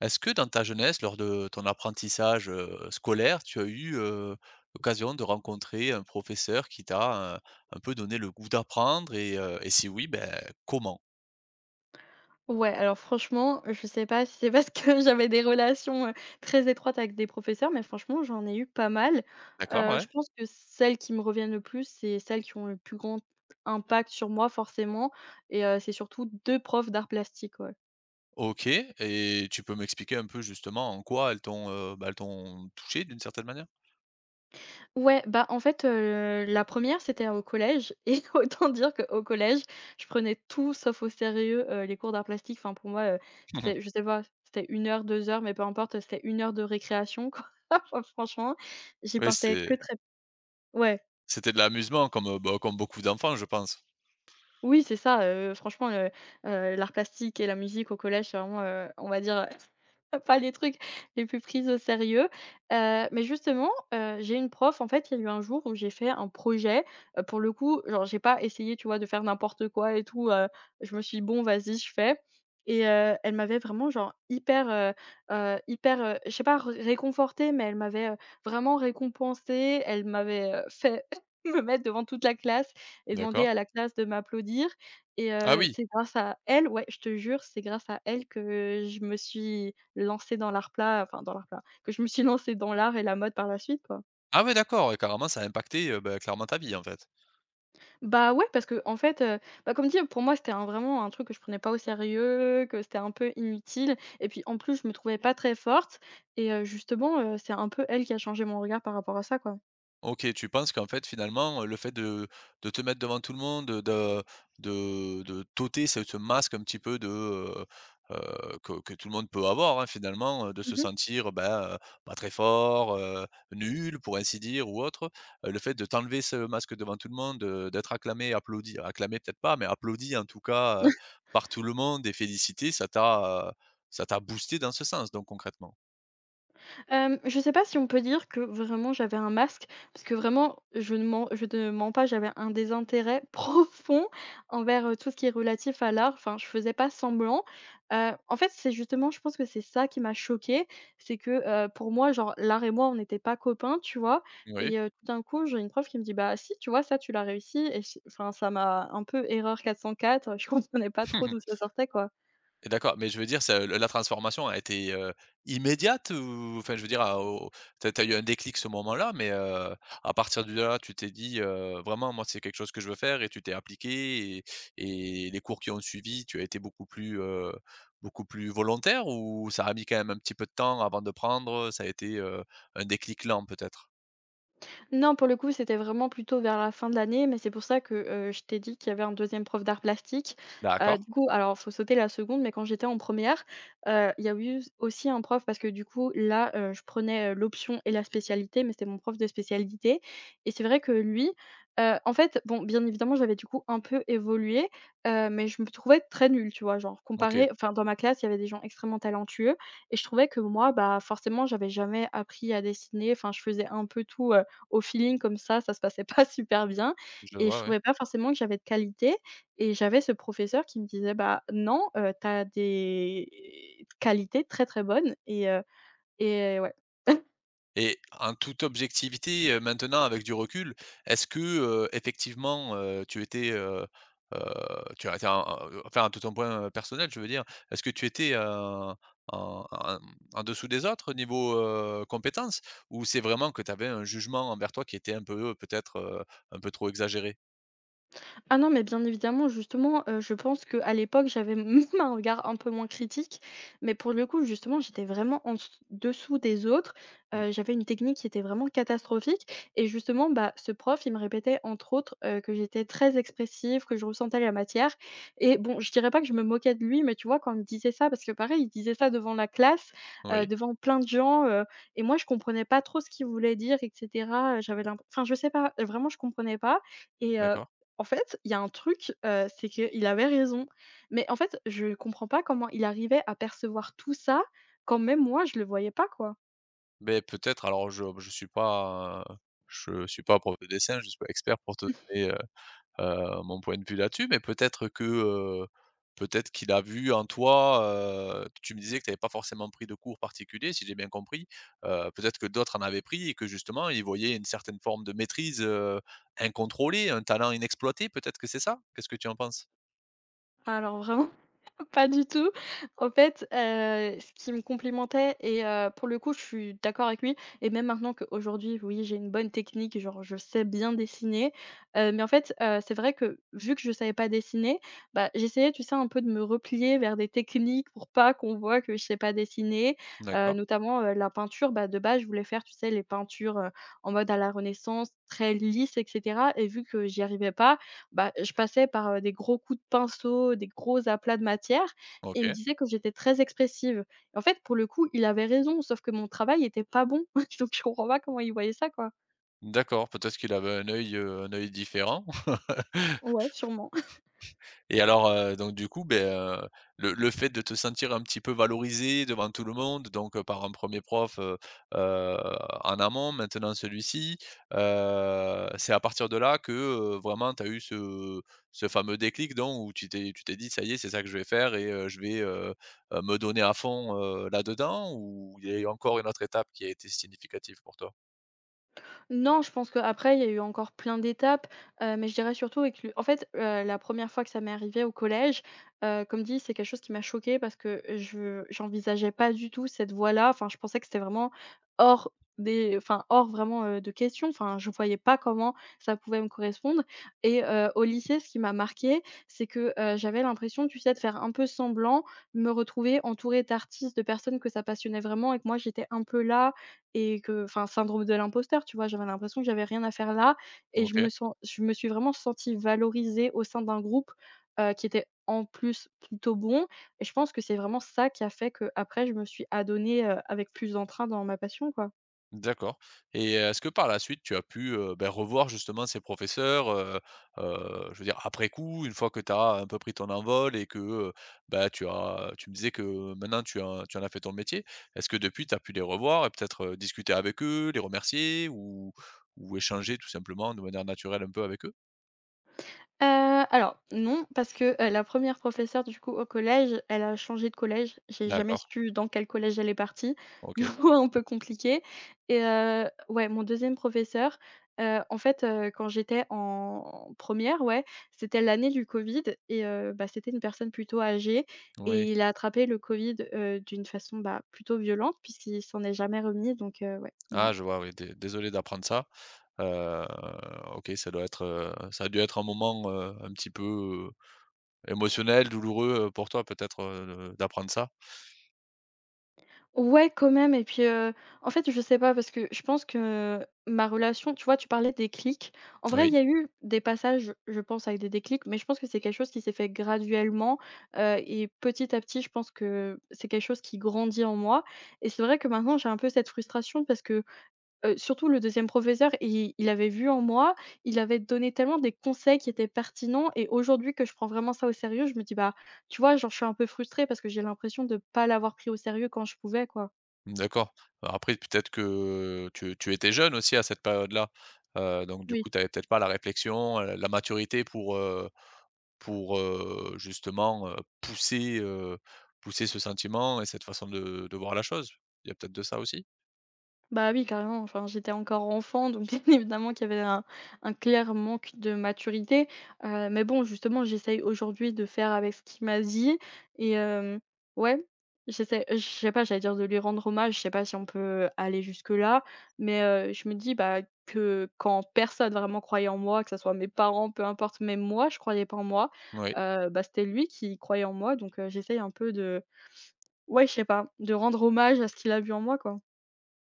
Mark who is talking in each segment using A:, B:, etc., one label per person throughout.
A: Est-ce que dans ta jeunesse, lors de ton apprentissage, scolaire, tu as eu, l'occasion de rencontrer un professeur qui t'a, un peu donné le goût d'apprendre et si oui, ben comment?
B: Ouais, alors franchement, je sais pas si c'est parce que j'avais des relations, très étroites avec des professeurs, mais franchement, j'en ai eu pas mal.
A: D'accord, ouais.
B: Je pense que celles qui me reviennent le plus, c'est celles qui ont le plus grand impact sur moi forcément et c'est surtout 2 profs d'arts plastiques, ouais.
A: OK et tu peux m'expliquer un peu justement en quoi elles t'ont, bah, elles t'ont touché d'une certaine manière?
B: Ouais, bah, en fait, la première c'était au collège et autant dire qu'au collège, je prenais tout sauf au sérieux, les cours d'art plastique. Enfin pour moi, c'était je sais pas, c'était une heure, 2 heures, mais peu importe, c'était une heure de récréation quoi. Enfin franchement, j'y
A: Oui,
B: portais que très ouais.
A: c'était de l'amusement comme, bah, comme beaucoup d'enfants, je pense.
B: Oui, c'est ça, franchement, l'art plastique et la musique au collège, c'est vraiment, on va dire, pas les trucs les plus pris au sérieux. Mais justement, j'ai une prof, en fait, il y a eu un jour où j'ai fait un projet, pour le coup, genre, j'ai pas essayé, tu vois, de faire n'importe quoi et tout, je me suis dit: «Bon, vas-y, je fais» et elle m'avait vraiment, genre, hyper, je sais pas, re réconfortée, mais elle m'avait, vraiment récompensée. Elle m'avait, fait me mettre devant toute la classe et demander
A: D'accord.
B: à la classe de m'applaudir et
A: Ah
B: heu,
A: oui.
B: c'est grâce à elle ouais, je te jure, c'est grâce à elle que je me suis lancée dans l'art plat, que je me suis lancée dans l'art et la mode par la suite, quoi.
A: Ah oui, d'accord, ouais, carrément ça a impacté, bah, clairement ta vie, en fait.
B: Bah, ouais, parce que en fait, bah, comme dit, pour moi, c'était un vraiment un truc que je prenais pas au sérieux, que c'était un peu inutile et puis, en plus, je me trouvais pas très forte et justement, c'est un peu elle qui a changé mon regard par rapport à ça, quoi.
A: OK, tu penses qu'en fait, finalement, le fait de te mettre devant tout le monde, de de t'ôter ce masque un petit peu de, que tout le monde peut avoir, hein, finalement, de se
B: Mmh.
A: sentir, ben, pas très fort, nul pour ainsi dire ou autre. Le fait de t'enlever ce masque devant tout le monde, d'être acclamé, applaudi acclamé peut-être pas, mais applaudi en tout cas, par tout le monde et félicité, ça t'a boosté dans ce sens donc concrètement?
B: Je sais pas si on peut dire que vraiment j'avais un masque, parce que vraiment je ne mens pas, j'avais un désintérêt profond envers, tout ce qui est relatif à l'art. Enfin, je faisais pas semblant. En fait, c'est justement je pense que c'est ça qui m'a choquée, c'est que, pour moi, genre l'art et moi, on n'était pas copains, tu vois?
A: Oui.
B: Et tout d'un coup, j'ai une prof qui me dit: «Bah si, tu vois, ça, tu l'as réussi» et j enfin ça m'a un peu erreur 404, je comprenais pas trop d'où ça sortait, quoi.
A: D'accord, mais je veux dire, ça, la transformation a été, immédiate ou enfin, je veux dire, à au tu as eu un déclic ce moment-là, mais, à partir de là, tu t'es dit, «Vraiment, moi, c'est quelque chose que je veux faire» et tu t'es appliqué et les cours qui ont suivi, tu as été beaucoup plus volontaire ou ça a mis quand même un petit peu de temps avant de prendre, ça a été, un déclic lent peut-être?
B: Non, pour le coup, c'était vraiment plutôt vers la fin de l'année, mais c'est pour ça que, je t'ai dit qu'il y avait un deuxième prof d'art plastique.
A: D'accord,
B: Du coup, alors faut sauter la seconde, mais quand j'étais en première, re il y a eu aussi un prof parce que du coup là, je prenais, l'option et la spécialité, mais c'était mon prof de spécialité et c'est vrai que lui, en fait, bon, bien évidemment, j'avais du coup un peu évolué, mais je me trouvais très nulle, tu vois? Genre
A: OK,
B: comparé enfin dans ma classe, il y avait des gens extrêmement talentueux et je trouvais que moi, bah, forcément, j'avais jamais appris à dessiner, enfin je faisais un peu tout, au feeling comme ça se passait pas super bien
A: je le
B: et je
A: vois, ouais.
B: trouvais pas forcément que j'avais de qualité et j'avais ce professeur qui me disait: «Bah non, tu as des qualités très, très bonnes» et ouais.
A: Et en toute objectivité, maintenant avec du recul, est-ce que, effectivement, tu étais, tu as été en en enfin, de ton point, personnel, je veux dire, est-ce que tu étais, en en en dessous des autres au niveau, compétences? Ou c'est vraiment que tu avais un jugement envers toi qui était un peu, peut-être, un peu trop exagéré?
B: Ah non, mais bien évidemment, justement, je pense qu'à l'époque, j'avais même un regard un peu moins critique, mais pour le coup, justement, j'étais vraiment en dessous des autres.
A: Mmh,
B: J'avais une technique qui était vraiment catastrophique et justement, bah, ce prof, il me répétait entre autres, que j'étais très expressive, que je ressentais la matière et bon, je dirais pas que je me moquais de lui, mais tu vois, quand il me disait ça parce que pareil, il disait ça devant la classe,
A: oui,
B: devant plein de gens, et moi, je comprenais pas trop ce qu'il voulait dire et cetera, je sais pas, vraiment, je comprenais pas et heu
A: d'accord.
B: En fait, il y a un truc, c'est qu'il avait raison. Mais en fait, je comprends pas comment il arrivait à percevoir tout ça, quand même moi je le voyais pas, quoi.
A: Mais peut-être alors je suis pas prof de dessin, je suis pas expert pour te donner, mon point de vue là-dessus, mais peut-être que, peut-être qu'il a vu en toi, tu me disais que tu n'avais pas forcément pris de cours particuliers, si j'ai bien compris. Peut-être que d'autres en avaient pris et que justement, ils voyaient une certaine forme de maîtrise, incontrôlée, un talent inexploité, peut-être que c'est ça? Qu'est-ce que tu en penses?
B: Enfin, Alors vraiment Pas du tout. En fait, ce qui me complimentait pour le coup, je suis d'accord avec lui et même maintenant qu'aujourd'hui, oui, j'ai une bonne technique, genre je sais bien dessiner, mais en fait, c'est vrai que vu que je savais pas dessiner, bah, j'essayais, tu sais, un peu de me replier vers des techniques pour pas qu'on voit que je sais pas dessiner,
A: D'accord,
B: notamment, la peinture, bah, de base, je voulais faire, tu sais, les peintures, en mode à la Renaissance, très lisses et cetera et vu que j'y arrivais pas, bah, je passais par, des gros coups de pinceau, des gros aplats de matière et il me
A: OK.
B: disait que j'étais très expressive. En fait, pour le coup, il avait raison, sauf que mon travail était pas bon, donc je comprends pas comment il voyait ça, quoi.
A: D'accord, peut-être qu'il avait un œil différent.
B: Ouais, sûrement.
A: Et alors, donc du coup, heu, le fait de te sentir un petit peu valorisé devant tout le monde, donc, par un premier prof, heu, en amont, maintenant celui-ci, c'est à partir de là que, vraiment tu as eu ce ce fameux déclic donc où tu t'es dit: «Ça y est, c'est ça que je vais faire et je vais, me donner à fond, là-dedans» ou il y a eu encore une autre étape qui a été significative pour toi?
B: Non, je pense qu'après, il y a eu encore plein d'étapes, mais je dirais surtout avec le en fait, la première fois que ça m'est arrivé au collège, comme dit, c'est quelque chose qui m'a choquée parce que je j'envisageais pas du tout cette voie-là. Enfin, je pensais que c'était vraiment hors hors vraiment, de question. Enfin, je voyais pas comment ça pouvait me correspondre et au lycée, ce qui m'a marqué, c'est que, j'avais l'impression, tu sais, de faire un peu semblant, me retrouver entourée d'artistes, de personnes que ça passionnait vraiment et que moi, j'étais un peu là et que enfin, syndrome de l'imposteur, tu vois? J'avais l'impression que j'avais rien à faire là et
A: OK.
B: je me suis vraiment sentie valorisée au sein d'un groupe, qui était en plus plutôt bon et je pense que c'est vraiment ça qui a fait que après je me suis adonnée, avec plus d'entrain dans ma passion, quoi.
A: D'accord et est-ce que par la suite tu as pu, bah, revoir justement ces professeurs, je veux dire après coup, une fois que tu as un peu pris ton envol et que, bah, tu me disais que maintenant tu en as fait ton métier. Est-ce que depuis tu as pu les revoir et peut-être, discuter avec eux, les remercier ou échanger tout simplement de manière naturelle un peu avec eux?
B: Heu, alors non, parce que, la première professeure du coup au collège, elle a changé de collège. J'ai jamais
A: D'accord,
B: su dans quel collège elle est partie, du
A: OK.
B: coup un peu compliqué et ouais, mon deuxième professeur, en fait, quand j'étais en première, ouais, c'était l'année du covid et bah, c'était une personne plutôt âgée
A: Oui.
B: et il a attrapé le covid, d'une façon, bah, plutôt violente puisqu'il s'en est jamais remis donc ouais,
A: Ah
B: non.
A: je vois, oui, dé désolé d'apprendre ça. Heu, OK, ça doit être, ça a dû être un moment, un petit peu, émotionnel, douloureux, pour toi peut-être, de d'apprendre ça?
B: Ouais, quand même et puis, en fait, je sais pas parce que je pense que ma relation tu vois, tu parlais des clics. En vrai, il
A: Oui,
B: y a eu des passages, je pense, avec des déclics, mais je pense que c'est quelque chose qui s'est fait graduellement, et petit à petit, je pense que c'est quelque chose qui grandit en moi et c'est vrai que maintenant, j'ai un peu cette frustration parce que, surtout le deuxième professeur, il avait vu en moi, il avait donné tellement des conseils qui étaient pertinents et aujourd'hui que je prends vraiment ça au sérieux, je me dis: «Bah, tu vois, genre, je suis un peu frustrée parce que j'ai l'impression de pas l'avoir pris au sérieux quand je pouvais, quoi».
A: d'accord. Alors après peut-être que tu étais jeune aussi à cette période-là, donc du
B: Oui,
A: coup tu avais peut-être pas la réflexion, la maturité pour, justement, pousser, pousser ce sentiment et cette façon de voir la chose. Il y a peut-être de ça aussi?
B: bah, oui, carrément. Enfin, j'étais encore enfant, donc bien évidemment qu'il y avait un clair manque de maturité, mais bon, justement, j'essaye aujourd'hui de faire avec ce qu'il m'a dit et ouais, j'essaie je sais pas, j'allais dire de lui rendre hommage, je sais pas si on peut aller jusque-là, mais je me dis, bah, que quand personne vraiment croyait en moi, que ça soit mes parents, peu importe, même moi, je croyais pas en moi,
A: Oui.
B: bah, c'était lui qui croyait en moi, donc j'essaye un peu de ouais, je sais pas, de rendre hommage à ce qu'il a vu en moi, quoi.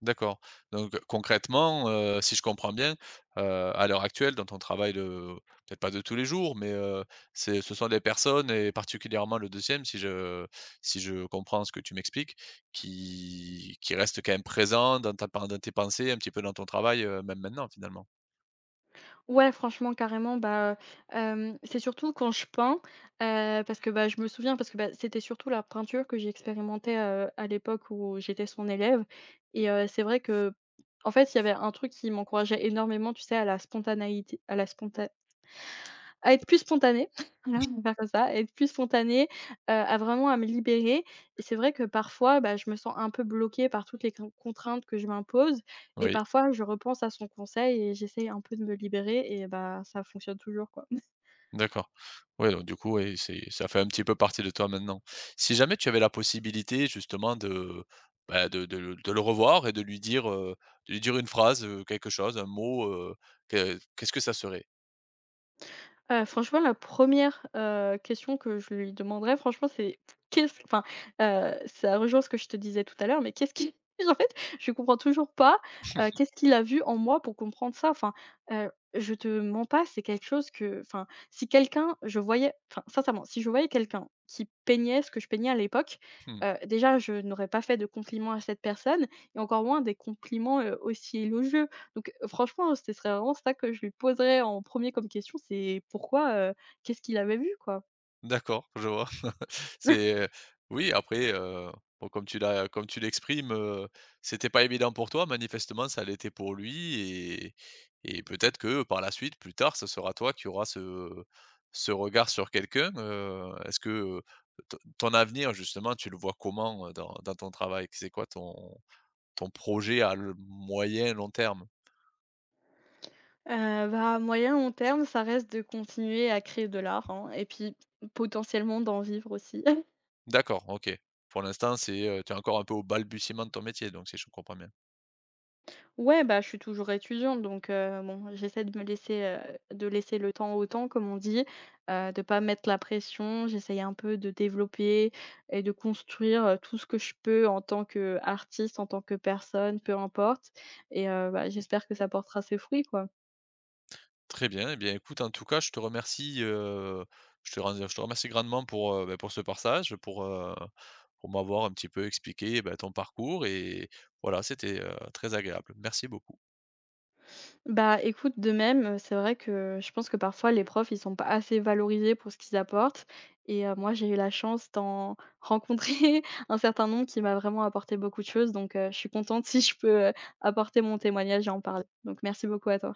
A: D'accord. Donc concrètement, si je comprends bien, à l'heure actuelle, dans ton travail de peut-être pas de tous les jours, mais c'est ce sont des personnes et particulièrement le deuxième, si je comprends ce que tu m'expliques, qui restent quand même présents dans ta pen dans tes pensées, un petit peu dans ton travail, même maintenant finalement?
B: Ouais, franchement, carrément, bah, c'est surtout quand je peins, parce que, bah, je me souviens parce que, bah, c'était surtout la peinture que j'expérimentais, à l'époque où j'étais son élève et c'est vrai que, en fait, il y avait un truc qui m'encourageait énormément, tu sais, à la spontanéité à la sponta à être plus spontanée, voilà, on va faire comme ça, à être plus spontanée, à vraiment à me libérer et c'est vrai que parfois, bah, je me sens un peu bloquée par toutes les contraintes que je m'impose et
A: Oui.
B: parfois je repense à son conseil et j'essaye un peu de me libérer et bah, ça fonctionne toujours, quoi.
A: D'accord. Ouais, donc du coup, ouais, c'est ça fait un petit peu partie de toi maintenant. Si jamais tu avais la possibilité justement de bah, de le de le revoir et de lui dire une phrase, quelque chose, un mot, que qu'est-ce que ça serait?
B: Franchement, la première re question que je lui demanderais, franchement, c'est qu'est-ce enfin, ça rejoint ce que je te disais tout à l'heure, mais qu'est-ce qui en fait, je comprends toujours pas, qu'est-ce qu'il a vu en moi pour comprendre ça? Enfin, je te mens pas, c'est quelque chose que enfin, si quelqu'un je voyais enfin, sincèrement, si je voyais quelqu'un qui peignait ce que je peignais à l'époque,
A: Mmh,
B: déjà, je n'aurais pas fait de compliments à cette personne et encore moins des compliments, aussi élogieux. Donc franchement, hein, ce serait vraiment ça que je lui poserais en premier comme question, c'est pourquoi, qu'est-ce qu'il avait vu, quoi?
A: d'accord, je vois. C'est, oui, après, bon, comme tu l'as comme tu l'exprimes, c'était pas évident pour toi, manifestement, ça l'était pour lui et et peut-être que, par la suite, plus tard, ce sera toi qui auras ce ce regard sur quelqu'un, est-ce que, heu, ton avenir, justement, tu le vois comment, dans dans ton travail? C'est quoi ton ton projet à l moyen, long terme?
B: Bah, moyen, long terme, ça reste de continuer à créer de l'art, hein et puis potentiellement d'en vivre aussi.
A: D'accord, OK. Pour l'instant, c'est, tu es encore un peu au balbutiement de ton métier, donc si je comprends bien.
B: Ouais, bah, je suis toujours étudiante, donc bon, j'essaie de me laisser, de laisser le temps au temps, comme on dit, de pas mettre la pression. J'essaye un peu de développer et de construire, tout ce que je peux en tant qu'artiste, en tant que personne, peu importe et bah, j'espère que ça portera ses fruits, quoi.
A: Très bien. Eh bien, écoute, en tout cas, je te remercie, je te ren je te remercie grandement pour, bah, pour ce partage, pour m'avoir un petit peu expliqué, bah, ton parcours et voilà, c'était, très agréable. Merci beaucoup.
B: Bah, écoute, de même, c'est vrai que je pense que parfois les profs, ils sont pas assez valorisés pour ce qu'ils apportent et moi, j'ai eu la chance d'en rencontrer un certain nombre qui m'a vraiment apporté beaucoup de choses donc je suis contente si je peux, apporter mon témoignage et en parler. Donc merci beaucoup à toi.